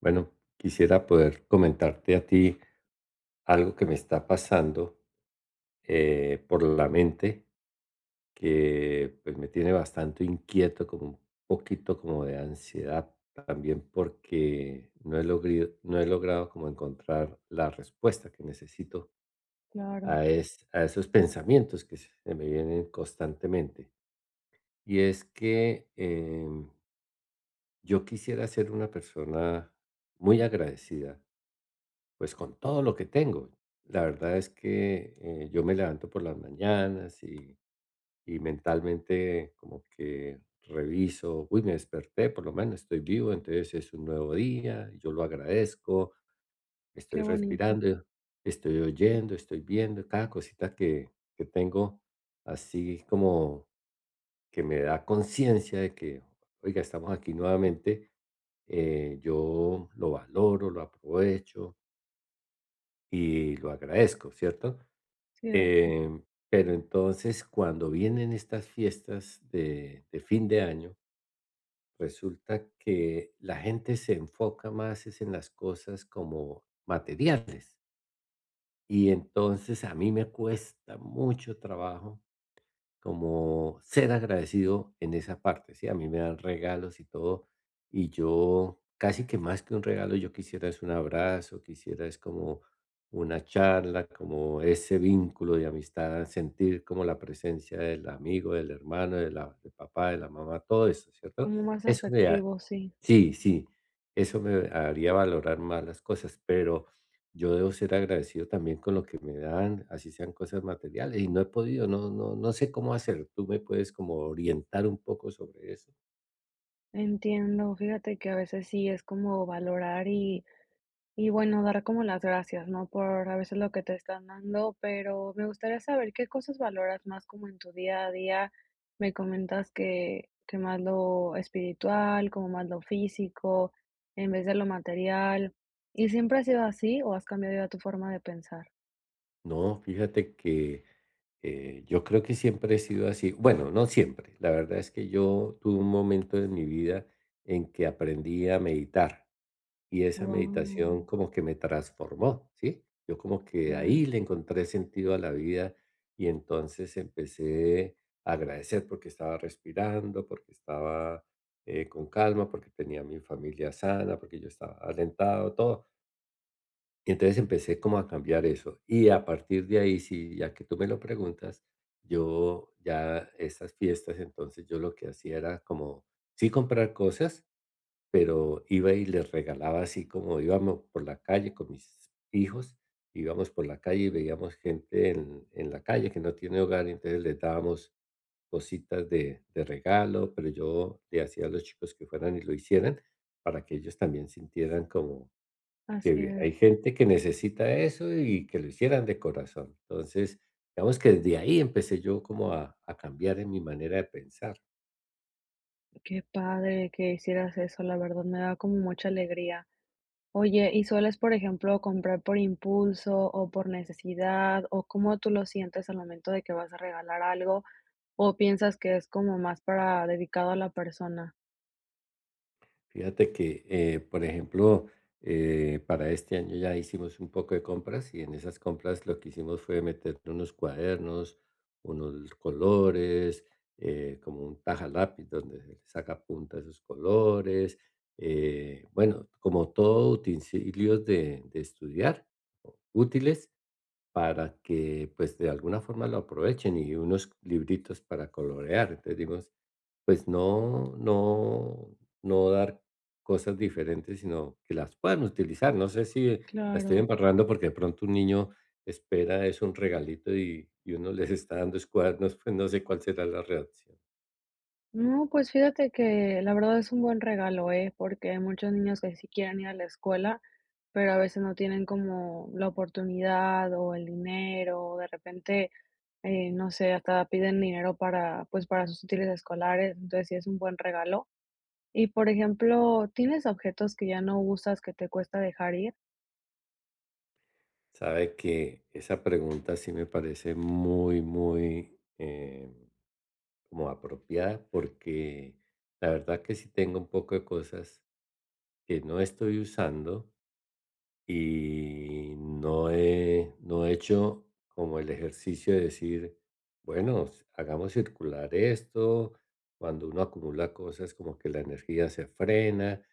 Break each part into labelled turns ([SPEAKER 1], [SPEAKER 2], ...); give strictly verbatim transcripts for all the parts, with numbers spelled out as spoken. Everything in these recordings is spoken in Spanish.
[SPEAKER 1] Bueno, quisiera poder comentarte a ti algo que me está pasando eh, por la mente, que pues me tiene bastante inquieto, como un poquito como de ansiedad también, porque no he logrado, no he logrado como encontrar la respuesta que necesito
[SPEAKER 2] Claro,
[SPEAKER 1] a, es- a esos pensamientos que se me vienen constantemente. Y es que em, yo quisiera ser una persona muy agradecida pues con todo lo que tengo. La verdad es que, eh, yo me levanto por las mañanas y y mentalmente como que reviso: "Uy, me desperté, por lo menos estoy vivo, entonces es un nuevo día, yo lo agradezco, estoy
[SPEAKER 2] qué bonito.
[SPEAKER 1] respirando, estoy oyendo, estoy viendo", cada cosita que que tengo, así como que me da conciencia de que: "Oiga, estamos aquí nuevamente", eh, yo lo valoro, lo aprovecho y lo agradezco, ¿cierto?
[SPEAKER 2] Sí, eh,
[SPEAKER 1] Em, pero entonces cuando vienen estas fiestas de, de fin de año, resulta que la gente se enfoca más es en las cosas como materiales. Y entonces a mí me cuesta mucho trabajo como ser agradecido en esa parte, ¿sí? A mí me dan regalos y todo, y yo casi que más que un regalo, yo quisiera es un abrazo, quisiera es como una charla, como ese vínculo de amistad, sentir como la presencia del amigo, del hermano, de la, del papá, de la mamá, todo eso, ¿cierto?
[SPEAKER 2] como más
[SPEAKER 1] Eso me,
[SPEAKER 2] afectivo, sí.
[SPEAKER 1] sí, sí, eso me haría valorar más las cosas, pero yo debo ser agradecido también con lo que me dan, así sean cosas materiales, y no he podido, no, no, no sé cómo hacer. ¿Tú me puedes como orientar un poco sobre eso?
[SPEAKER 2] Entiendo. Fíjate que a veces sí es como valorar y, y bueno, dar como las gracias, ¿no? Por a veces lo que te están dando, pero me gustaría saber qué cosas valoras más como en tu día a día. Me comentas que, que más lo espiritual, como más lo físico, en vez de lo material. ¿Y siempre ha sido así o has cambiado ya tu forma de pensar?
[SPEAKER 1] No, fíjate que eh, yo creo que siempre he sido así. Bueno, no siempre. La verdad es que yo tuve un momento en mi vida en que aprendí a meditar. Y esa meditación
[SPEAKER 2] Wow,
[SPEAKER 1] como que me transformó, ¿sí? Yo como que
[SPEAKER 2] claro,
[SPEAKER 1] ahí le encontré sentido a la vida y entonces empecé a agradecer porque estaba respirando, porque estaba eh, con calma, porque tenía mi familia sana, porque yo estaba alentado, todo. Y entonces empecé como a cambiar eso. Y a partir de ahí, sí, ya que tú me lo preguntas, yo ya esas fiestas, entonces yo lo que hacía era como, sí comprar cosas, pero iba y les regalaba así como íbamos por la calle con mis hijos, íbamos por la calle y veíamos gente en, en la calle que no tiene hogar, y entonces les dábamos cositas de, de regalo, pero yo le hacía a los chicos que fueran y lo hicieran para que ellos también sintieran como
[SPEAKER 2] así
[SPEAKER 1] que
[SPEAKER 2] es.
[SPEAKER 1] hay gente que necesita eso y que lo hicieran de corazón. Entonces, digamos que desde ahí empecé yo como a, a cambiar en mi manera de pensar.
[SPEAKER 2] Qué padre que hicieras eso, la verdad me da como mucha alegría. Oye, ¿y sueles, por ejemplo, comprar por impulso o por necesidad? ¿O cómo tú lo sientes al momento de que vas a regalar algo? ¿O piensas que es como más para dedicado a la persona?
[SPEAKER 1] Fíjate que, eh, por ejemplo, eh, para este año ya hicimos un poco de compras y en esas compras lo que hicimos fue meter unos cuadernos, unos colores, eh, como un taja lápiz donde se le saca punta a esos colores, eh, bueno, como todo utensilios de, de estudiar o útiles para que pues de alguna forma lo aprovechen y unos libritos para colorear. Entonces digo, pues no no no dar cosas diferentes, sino que las puedan utilizar. No sé si la estoy
[SPEAKER 2] Claro.
[SPEAKER 1] embarrando, porque de pronto un niño espera es un regalito y y uno les está dando es cuadernos, pues no sé cuál será la reacción.
[SPEAKER 2] No, pues fíjate que la verdad es un buen regalo, ¿eh? Porque hay muchos niños que sí quieren ir a la escuela, pero a veces no tienen como la oportunidad o el dinero, o de repente Eh, no sé, hasta piden dinero para, pues, para sus útiles escolares, entonces sí es un buen regalo. Y, por ejemplo, ¿tienes objetos que ya no usas que te cuesta dejar ir?
[SPEAKER 1] Sabe que esa pregunta sí me parece muy, muy, eh, como apropiada, porque la verdad que sí tengo un poco de cosas que no estoy usando, y no he, no he hecho como el ejercicio de decir, bueno, s- hagamos circular esto. Cuando uno acumula cosas, como que la energía se frena.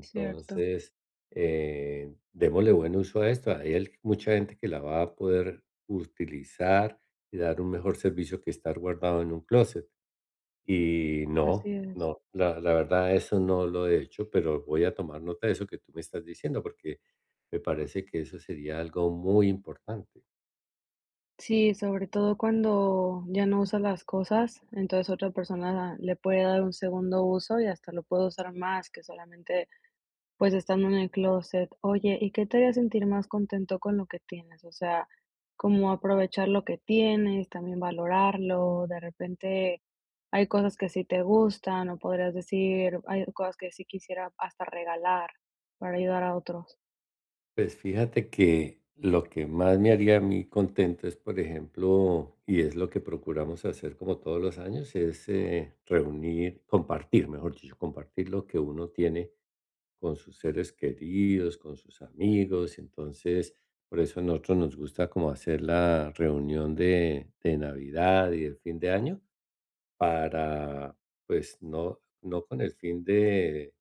[SPEAKER 2] Cierto,
[SPEAKER 1] eh, démosle buen uso a esto. Hay al- mucha gente que la va a poder utilizar y dar un mejor servicio que estar guardado en un closet. Y
[SPEAKER 2] así
[SPEAKER 1] no,
[SPEAKER 2] es.
[SPEAKER 1] no, la la verdad eso no lo he hecho, pero voy a tomar nota de eso que tú me estás diciendo, porque me parece que eso sería algo muy importante.
[SPEAKER 2] Sí, sobre todo cuando ya no usas las cosas, entonces otra persona le puede dar un segundo uso y hasta lo puede usar más que solamente. Pues, estando en el closet. Oye, ¿y qué te haría sentir más contento con lo que tienes? O sea, como aprovechar lo que tienes, también valorarlo, de repente hay cosas que sí te gustan, o podrías decir, hay cosas que sí quisiera hasta regalar para ayudar a otros.
[SPEAKER 1] Pues fíjate que lo que más me haría a mí contento es, por ejemplo, y es lo que procuramos hacer como todos los años, es, eh, reunir compartir, mejor dicho, compartir lo que uno tiene con sus seres queridos, con sus amigos. Entonces, por eso a nosotros nos gusta como hacer la reunión de, de Navidad y el fin de año para, pues, no, no con el fin de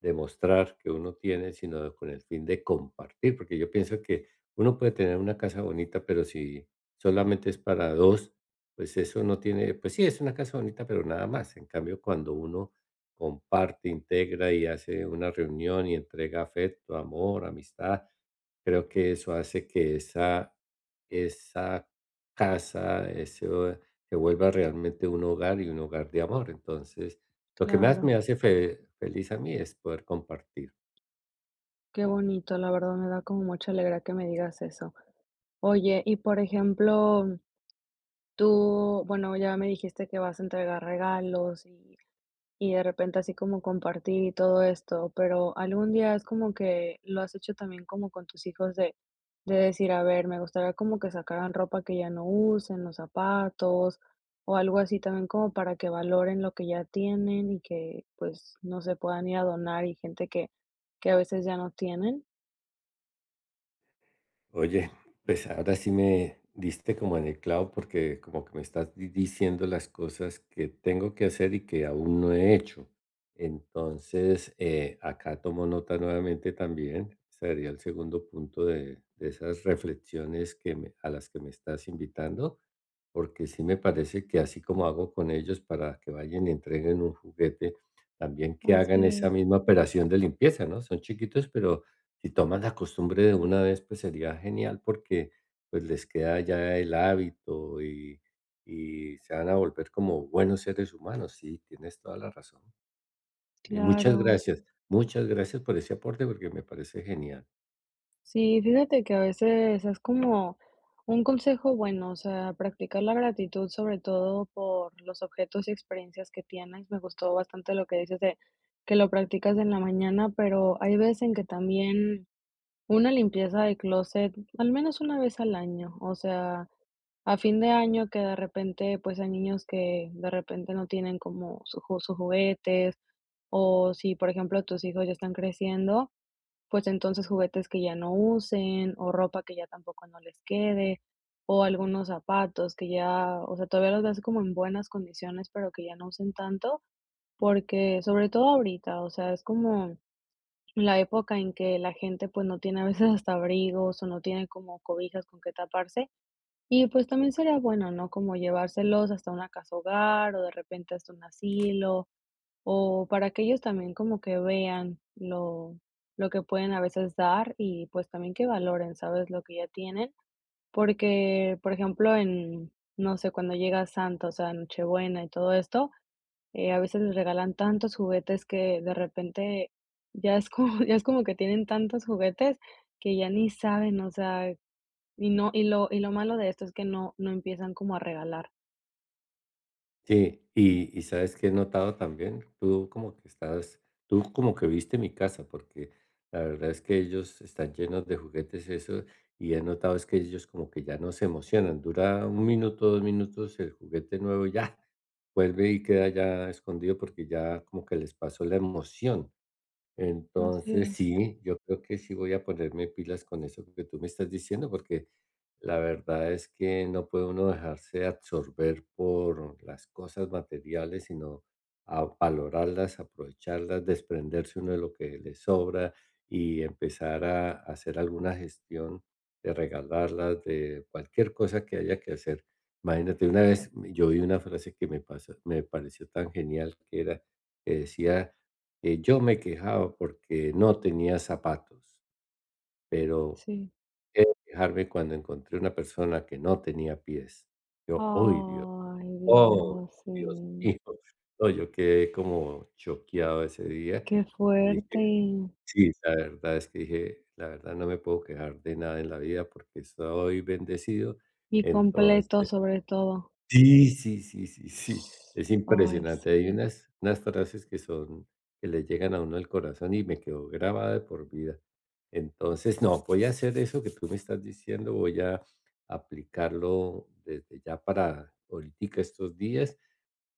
[SPEAKER 1] demostrar que uno tiene, sino con el fin de compartir, porque yo pienso que uno puede tener una casa bonita, pero si solamente es para dos pues eso no tiene, pues sí, es una casa bonita, pero nada más. En cambio, cuando uno comparte, integra y hace una reunión y entrega afecto, amor, amistad, creo que eso hace que esa esa casa, ese se vuelva realmente un hogar y un hogar de amor. Entonces lo que más me
[SPEAKER 2] Claro,
[SPEAKER 1] hace fe feliz a mí es poder compartir.
[SPEAKER 2] qué bonito, la verdad me da como mucha alegría que me digas eso. Oye, y por ejemplo, tú, bueno, ya me dijiste que vas a entregar regalos y y de repente así como compartir todo esto, pero algún día es como que lo has hecho también como con tus hijos de, de decir, a ver, me gustaría como que sacaran ropa que ya no usen, los zapatos o algo así también como para que valoren lo que ya tienen y que pues no se puedan ir a donar y gente que, que a veces ya no tienen.
[SPEAKER 1] Oye, pues ahora sí me diste como en el clavo porque como que me estás di- diciendo las cosas que tengo que hacer y que aún no he hecho. Entonces, eh, acá tomo nota nuevamente también. Sería el segundo punto de, de esas reflexiones que me- a las que me estás invitando, porque sí me parece que así como hago con ellos para que vayan y entreguen un juguete, también que hagan
[SPEAKER 2] Así
[SPEAKER 1] esa
[SPEAKER 2] es,
[SPEAKER 1] misma operación de limpieza, ¿no? Son chiquitos, pero si tomas la costumbre de una vez, pues sería genial porque pues les queda ya el hábito y, y se van a volver como buenos seres humanos. Sí, tienes toda la razón. Y muchas
[SPEAKER 2] claro.
[SPEAKER 1] gracias, muchas gracias por ese aporte porque me parece genial.
[SPEAKER 2] Sí, fíjate que a veces es como un consejo bueno, o sea, practicar la gratitud sobre todo por los objetos y experiencias que tienes. Me gustó bastante lo que dices de que lo practicas en la mañana, pero hay veces en que también una limpieza de closet, al menos una vez al año, o sea, a fin de año que de repente, pues hay niños que de repente no tienen como su ju- sus juguetes o si, por ejemplo, tus hijos ya están creciendo, pues entonces juguetes que ya no usen, o ropa que ya tampoco no les quede, o algunos zapatos que ya, o sea, todavía los ves como en buenas condiciones, pero que ya no usen tanto, porque sobre todo ahorita, o sea, es como la época en que la gente pues no tiene a veces hasta abrigos o no tiene como cobijas con que taparse y pues también sería bueno, ¿no? Como llevárselos hasta una casa hogar o de repente hasta un asilo o para que ellos también como que vean lo lo que pueden a veces dar y, pues, también que valoren, ¿sabes?, lo que ya tienen, porque, por ejemplo, en, no sé, cuando llega Santa, o sea, Nochebuena y todo esto, eh, a veces les regalan tantos juguetes que de repente ya es como ya es como que tienen tantos juguetes que ya ni saben, o sea, y no y lo y lo malo de esto es que no no empiezan como a regalar.
[SPEAKER 1] Sí, y y ¿sabes que he notado también? Tú como que estás, tú como que viste mi casa, porque la verdad es que ellos están llenos de juguetes, eso, y he notado es que ellos como que ya no se emocionan, dura un minuto, dos minutos el juguete nuevo, y ya, vuelve y queda ya escondido porque ya como que les pasó la emoción.
[SPEAKER 2] Así
[SPEAKER 1] Entonces,
[SPEAKER 2] es,
[SPEAKER 1] sí, yo creo que sí voy a ponerme pilas con eso que tú me estás diciendo, porque la verdad es que no puede uno dejarse absorber por las cosas materiales, sino a valorarlas, aprovecharlas, desprenderse uno de lo que le sobra y empezar a hacer alguna gestión de regalarlas, de cualquier cosa que haya que hacer. Imagínate, una vez yo vi una frase que me pasó, me pareció tan genial que era, que decía eh, yo me quejaba porque no tenía zapatos, pero
[SPEAKER 2] sí.
[SPEAKER 1] dejé de quejarme cuando encontré una persona que no tenía pies. Yo, ¡uy, Dios!
[SPEAKER 2] Ay,
[SPEAKER 1] ¡Oh,
[SPEAKER 2] Dios,
[SPEAKER 1] Dios
[SPEAKER 2] sí.
[SPEAKER 1] mío! No, yo quedé como choqueado ese día
[SPEAKER 2] Qué
[SPEAKER 1] y
[SPEAKER 2] fuerte
[SPEAKER 1] dije,
[SPEAKER 2] y
[SPEAKER 1] sí, la verdad es que dije, la verdad no me puedo quejar de nada en la vida porque soy bendecido,
[SPEAKER 2] y completo,
[SPEAKER 1] entonces
[SPEAKER 2] sobre todo.
[SPEAKER 1] sí, sí, sí, sí, sí, es
[SPEAKER 2] Ay,
[SPEAKER 1] impresionante.
[SPEAKER 2] sí.
[SPEAKER 1] Hay unas unas frases que son que le llegan a uno al corazón y me quedó grabada de por vida. Entonces, no, voy a hacer eso que tú me estás diciendo, voy a aplicarlo desde ya para ahoritica estos días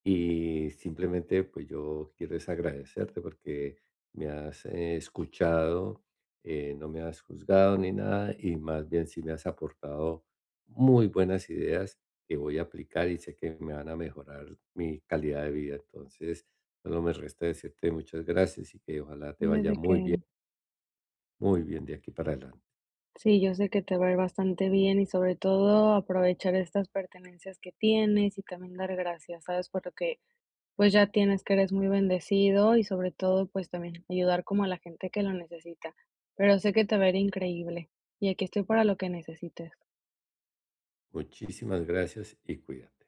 [SPEAKER 1] y simplemente, pues yo quiero es agradecerte porque me has eh, escuchado, eh, no me has juzgado ni nada, y más bien sí me has aportado muy buenas ideas que voy a aplicar y sé que me van a mejorar mi calidad de vida. Entonces, solo me resta decirte muchas gracias y que ojalá te
[SPEAKER 2] No es
[SPEAKER 1] vaya
[SPEAKER 2] de
[SPEAKER 1] muy bien,
[SPEAKER 2] que
[SPEAKER 1] muy bien de aquí para adelante.
[SPEAKER 2] sí, yo sé que te va a ir bastante bien y sobre todo aprovechar estas pertenencias que tienes y también dar gracias, ¿sabes? Por lo que, pues, ya tienes, que eres muy bendecido y sobre todo, pues, también ayudar como a la gente que lo necesita. Pero sé que te va a ir increíble y aquí estoy para lo que necesites.
[SPEAKER 1] Muchísimas gracias y cuídate.